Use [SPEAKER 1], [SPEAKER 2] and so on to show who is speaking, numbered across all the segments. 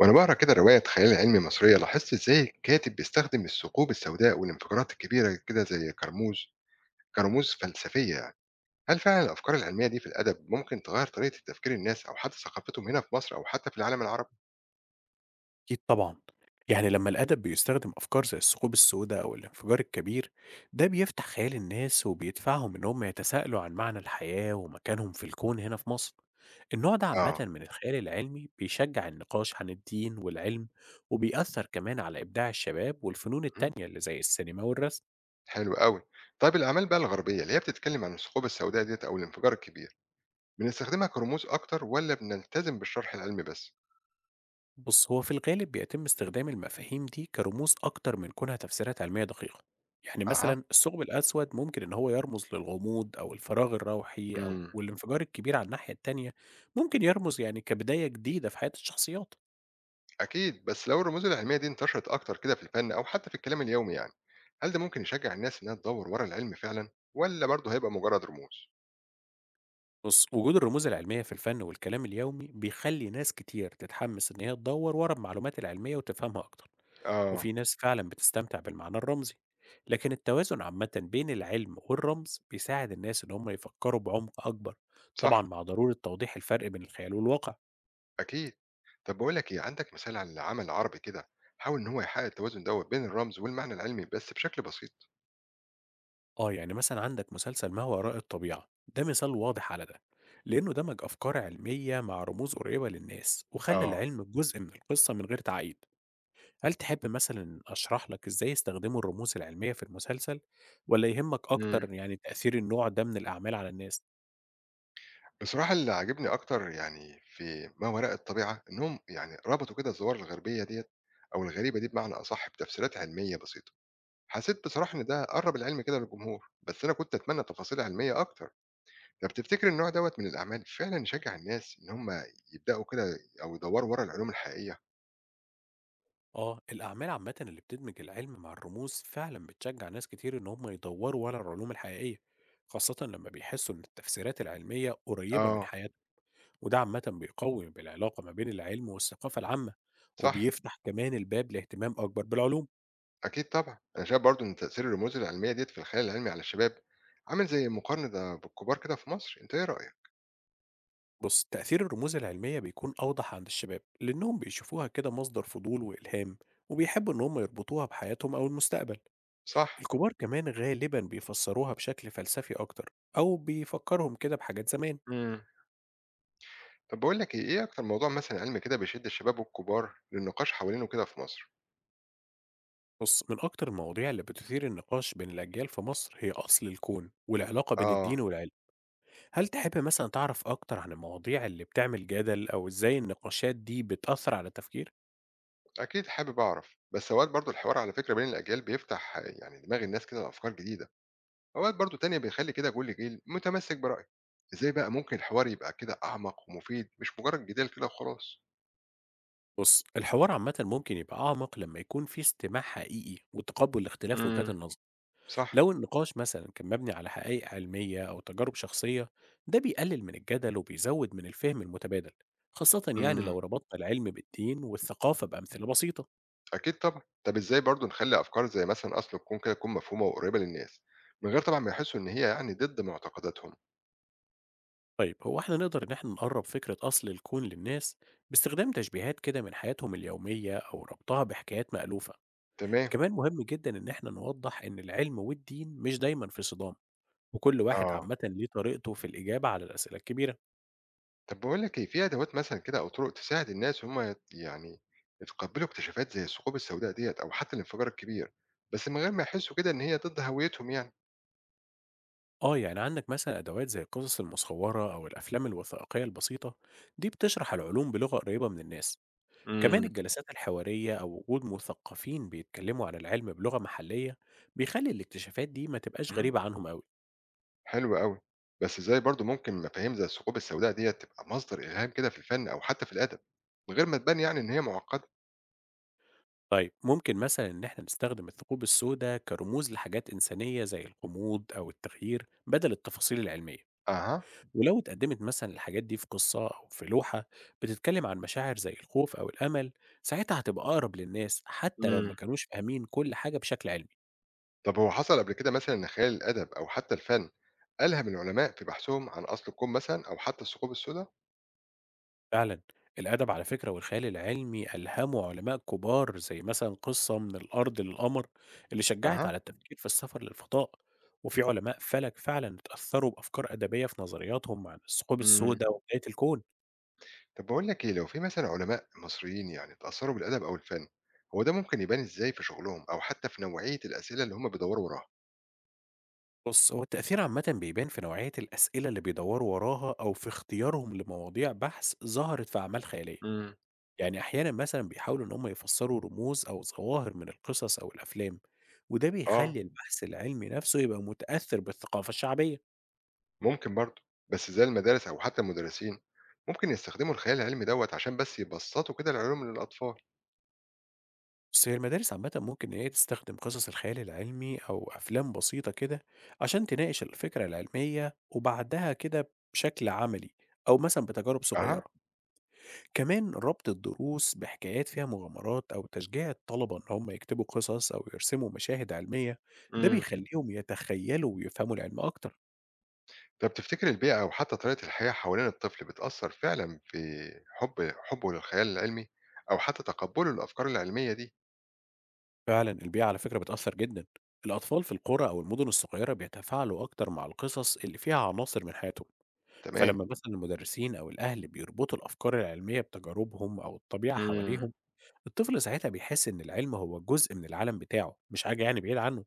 [SPEAKER 1] وأنا بقرا كده رواية خيال علمي مصرية لاحظت إزاي الكاتب بيستخدم الثقوب السوداء والانفجارات الكبيرة كده زي كرموز فلسفية يعني. هل فعلا الأفكار العلمية دي في الأدب ممكن تغير طريقة تفكير الناس أو حتى ثقافتهم هنا في مصر أو حتى في العالم العربي؟
[SPEAKER 2] أكيد طبعًا، يعني لمّا الأدب بيستخدم أفكار زي الثقوب السوداء أو الانفجار الكبير، ده بيفتح خيال الناس وبيدفعهم إن هم يتساءلوا عن معنى الحياة ومكانهم في الكون هنا في مصر. النوع ده عامةً
[SPEAKER 1] آه
[SPEAKER 2] من الخيال العلمي بيشجع النقاش عن الدين والعلم، وبيأثر كمان على إبداع الشباب والفنون
[SPEAKER 1] مهم.
[SPEAKER 2] التانية اللي زي السينما والرسم.
[SPEAKER 1] حلو قوي. طيب الأعمال بقى الغربية اللي هي بتتكلم عن الثقوب السوداء ديت أو الانفجار الكبير، بنستخدمها كرموز أكتر ولا بنلتزم بالشرح العلمي بس؟
[SPEAKER 2] بص هو في الغالب بيتم استخدام المفاهيم دي كرموز أكتر من كونها تفسيرات علمية دقيقة. يعني
[SPEAKER 1] أها.
[SPEAKER 2] مثلا الثقب الأسود ممكن إن هو يرمز للغموض أو الفراغ الروحي، أو
[SPEAKER 1] مم.
[SPEAKER 2] والانفجار الكبير على الناحية التانية ممكن يرمز كبداية جديدة في حياة الشخصيات.
[SPEAKER 1] أكيد، بس لو الرموز العلمية دي انتشرت أكتر كده في الفن أو حتى في الكلام اليومي يعني، هل ده ممكن يشجع الناس إنها تدور ورا العلم فعلا ولا برضه هيبقى مجرد رموز؟
[SPEAKER 2] بص وجود الرموز العلمية في الفن والكلام اليومي بيخلي ناس كتير تتحمس إن هي تدور ورا المعلومات العلمية وتفهمها أكتر،
[SPEAKER 1] آه.
[SPEAKER 2] وفي ناس فعلا بتستمتع بالمعنى الرمزي. لكن التوازن عامة بين العلم والرمز بيساعد الناس إن هم يفكروا بعمق أكبر، طبعا
[SPEAKER 1] صح.
[SPEAKER 2] مع ضرورة توضيح الفرق بين الخيال والواقع.
[SPEAKER 1] أكيد. طب بقول لك إيه، عندك مثال على عمل عربي كده حاول إن هو يحقق التوازن دوت بين الرمز والمعنى العلمي بس بشكل بسيط؟
[SPEAKER 2] آه مثلا عندك مسلسل ما وراء الطبيعة، ده مثال واضح على ده، لأنه دمج أفكار علمية مع رموز قريبة للناس وخلى
[SPEAKER 1] آه.
[SPEAKER 2] العلم جزء من القصة من غير تعقيد. هل تحب مثلا أشرح لك إزاي استخدموا الرموز العلمية في المسلسل، ولا يهمك
[SPEAKER 1] مم.
[SPEAKER 2] أكتر تأثير النوع ده من الأعمال على الناس؟
[SPEAKER 1] بصراحة اللي عاجبني أكتر يعني في ما وراء الطبيعة، إنهم يعني ربطوا كده الظواهر الغربية ديت أو الغريبة دي بمعنى أصح بتفسيرات علمية بسيطة. حسيت بصراحة إن ده قرّب العلم كده للجمهور، بس أنا كنت أتمنى تفاصيل علمية أكتر. طب تفتكر النوع دوّة من الأعمال فعلًا يشجّع الناس إن هم يبدأوا كده أو يدوّروا ورا العلوم الحقيقية؟
[SPEAKER 2] آه، الأعمال عامةً اللي بتدمج العلم مع الرموز فعلًا بتشجع ناس كتير إن هم يدوروا ورا العلوم الحقيقية، خاصةً لما بيحسوا إن التفسيرات العلمية قريبة من
[SPEAKER 1] آه،
[SPEAKER 2] حياتهم، وده عامةً بيقوي العلاقة ما بين العلم والثقافة العامة،
[SPEAKER 1] صح،
[SPEAKER 2] وبيفتح كمان الباب لاهتمام أكبر بالعلوم.
[SPEAKER 1] أكيد طبعًا. أنا شايف برضه إن تأثير الرموز العلمية ديّة في الخيال العلمي على الشباب عامل زي مقارنة بالكبار كده في مصر، أنت إيه رأيك؟
[SPEAKER 2] بُص، تأثير الرموز العلمية بيكون أوضح عند الشباب، لأنهم بيشوفوها كده مصدر فضول وإلهام، وبيحبوا إن هم يربطوها بحياتهم أو المستقبل.
[SPEAKER 1] صح.
[SPEAKER 2] الكبار كمان غالبًا بيفسروها بشكل فلسفي أكتر، أو بيفكرهم كده بحاجات زمان.
[SPEAKER 1] إمم. طب باقول لك إيه، إيه أكتر موضوع مثلًا علمي كده بيشد الشباب والكبار للنقاش حوالينه كده في مصر؟
[SPEAKER 2] بص من أكتر المواضيع اللي بتثير النقاش بين الأجيال في مصر هي أصل الكون والعلاقة بين الدين
[SPEAKER 1] آه.
[SPEAKER 2] والعلم. هل تحب مثلا تعرف أكتر عن المواضيع اللي بتعمل جدل أو إزاي النقاشات دي بتأثر على التفكير؟
[SPEAKER 1] أكيد حابب أعرف، بس أوقات برضو الحوار على فكرة بين الأجيال بيفتح يعني دماغ الناس كده لأفكار جديدة، أوقات برضو تانية بيخلي كده كل جيل متمسك برأيه. إزاي بقى ممكن الحوار يبقى كده أعمق ومفيد مش مجرد جدال كده وخلاص؟
[SPEAKER 2] بص الحوار عامة ممكن يبقى أعمق لما يكون في استماع حقيقي وتقبل لاختلاف
[SPEAKER 1] امم.
[SPEAKER 2] وجهات النظر.
[SPEAKER 1] صح؟
[SPEAKER 2] لو النقاش مثلا كان مبني على حقائق علمية أو تجارب شخصية، ده بيقلل من الجدل وبيزود من الفهم المتبادل، خاصة
[SPEAKER 1] امم.
[SPEAKER 2] لو ربطنا العلم بالدين والثقافة بأمثلة بسيطة.
[SPEAKER 1] أكيد طبعا. طب إزاي برضو نخلي أفكار زي مثلا أصل الكون كده تكون مفهومة وقريبة للناس، من غير طبعا ما يحسوا إن هي يعني ضد معتقداتهم؟
[SPEAKER 2] طيب هو احنا نقدر ان احنا نقرب فكرة أصل الكون للناس باستخدام تشبيهات كده من حياتهم اليومية أو ربطها بحكايات مألوفة.
[SPEAKER 1] تمام.
[SPEAKER 2] كمان مهم جدا ان احنا نوضح ان العلم والدين مش دايما في صدام، وكل واحد
[SPEAKER 1] آه.
[SPEAKER 2] عامة ليه طريقته في الإجابة على الأسئلة الكبيرة.
[SPEAKER 1] طب باقول لك إيه، في أدوات مثلًا كده أو طرق تساعد الناس إن هم يعني يتقبّلوا اكتشافات زي الثقوب السوداء ديّة أو حتى الانفجار الكبير، بس من غير ما يحسّوا كده إن هي ضد هويتهم يعني؟
[SPEAKER 2] اه عندك مثلا أدوات زي القصص المصورة أو الأفلام الوثائقية البسيطة، دي بتشرح العلوم بلغة قريبة من الناس. كمان
[SPEAKER 1] إمم.
[SPEAKER 2] الجلسات الحوارية أو وجود مثقفين بيتكلموا عن العلم بلغة محلية بيخلي الاكتشافات دي ما تبقاش
[SPEAKER 1] إمم.
[SPEAKER 2] غريبة عنهم أوي.
[SPEAKER 1] حلو أوي، بس إزاي برضه ممكن مفاهيم زي الثقوب السوداء ديّة تبقى مصدر إلهام كده في الفن أو حتى في الأدب، من غير ما تبان يعني إن هي معقّدة؟
[SPEAKER 2] طيب ممكن مثلا إن إحنا نستخدم الثقوب السوداء كرموز لحاجات إنسانية زي الغموض أو التغيير بدل التفاصيل العلمية.
[SPEAKER 1] أها.
[SPEAKER 2] ولو اتقدمت مثلا الحاجات دي في قصة أو في لوحة بتتكلم عن مشاعر زي الخوف أو الأمل، ساعتها هتبقى أقرب للناس حتى لو ما
[SPEAKER 1] إمم.
[SPEAKER 2] كانوش فاهمين كل حاجة بشكل علمي.
[SPEAKER 1] طب هو حصل قبل كده مثلًا إن خيال الأدب أو حتى الفن ألهم العلماء في بحثهم عن أصل الكون مثلًا أو حتى الثقوب السوداء؟
[SPEAKER 2] فعلا الأدب على فكرة والخيال العلمي ألهموا علماء كبار زي مثلا قصة من الأرض للقمر، اللي شجعت
[SPEAKER 1] أها.
[SPEAKER 2] على التفكير في السفر للفضاء. وفي علماء فلك فعلا اتأثروا بأفكار أدبية في نظرياتهم عن الثقوب
[SPEAKER 1] إمم.
[SPEAKER 2] السوداء وبداية الكون.
[SPEAKER 1] طب باقول لك إيه، لو في مثلًا علماء مصريين يعني اتأثّروا بالأدب أو الفن، هو ده ممكن يبان إزاي في شغلهم أو حتى في نوعية الأسئلة اللي هم بيدوّروا وراها؟
[SPEAKER 2] بص هو التأثير عامة بيبان في نوعية الأسئلة اللي بيدوروا وراها أو في اختيارهم لمواضيع بحث ظهرت في أعمال خيالية.
[SPEAKER 1] إمم.
[SPEAKER 2] أحيانا مثلا بيحاولوا إن هم يفسروا رموز أو ظواهر من القصص أو الأفلام، وده
[SPEAKER 1] آه،
[SPEAKER 2] بيخلي البحث العلمي نفسه يبقى متأثر بالثقافة الشعبية.
[SPEAKER 1] ممكن برضه، بس زي المدارس أو حتى المدرسين، ممكن يستخدموا الخيال العلمي دوّة عشان بس يبسّطوا كده العلوم للأطفال.
[SPEAKER 2] بس هي المدارس عامة ممكن إن هي تستخدم قصص الخيال العلمي أو أفلام بسيطة كده عشان تناقش الفكرة العلمية وبعدها كده بشكل عملي، أو مثلا بتجارب
[SPEAKER 1] أها.
[SPEAKER 2] صغيرة. كمان ربط الدروس بحكايات فيها مغامرات أو تشجيع الطلبة إن هم يكتبوا قصص أو يرسموا مشاهد علمية، ده
[SPEAKER 1] إمم.
[SPEAKER 2] بيخليهم يتخيلوا ويفهموا العلم أكتر.
[SPEAKER 1] طب تفتكر البيئة أو حتى طريقة الحياة حوالين الطفل بتأثّر فعلًا في حُبّه للخيال العلمي أو حتى تقبُّله للأفكار العلمية دي؟
[SPEAKER 2] فعلا البيئة على فكرة بتأثر جدا. الأطفال في القرى أو المدن الصغيرة بيتفاعلوا أكتر مع القصص اللي فيها عناصر من حياتهم.
[SPEAKER 1] تمام.
[SPEAKER 2] فلما مثلا المدرسين أو الأهل بيربطوا الأفكار العلمية بتجاربهم أو الطبيعة
[SPEAKER 1] إمم.
[SPEAKER 2] حواليهم، الطفل ساعتها بيحس إن العلم هو جزء من العالم بتاعه، مش حاجة بعيد عنه.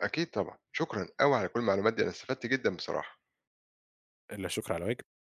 [SPEAKER 1] أكيد طبعًا، شكرًا أوي على كل المعلومات دي، أنا استفدت جدًا بصراحة.
[SPEAKER 2] إلا شكر على واجب.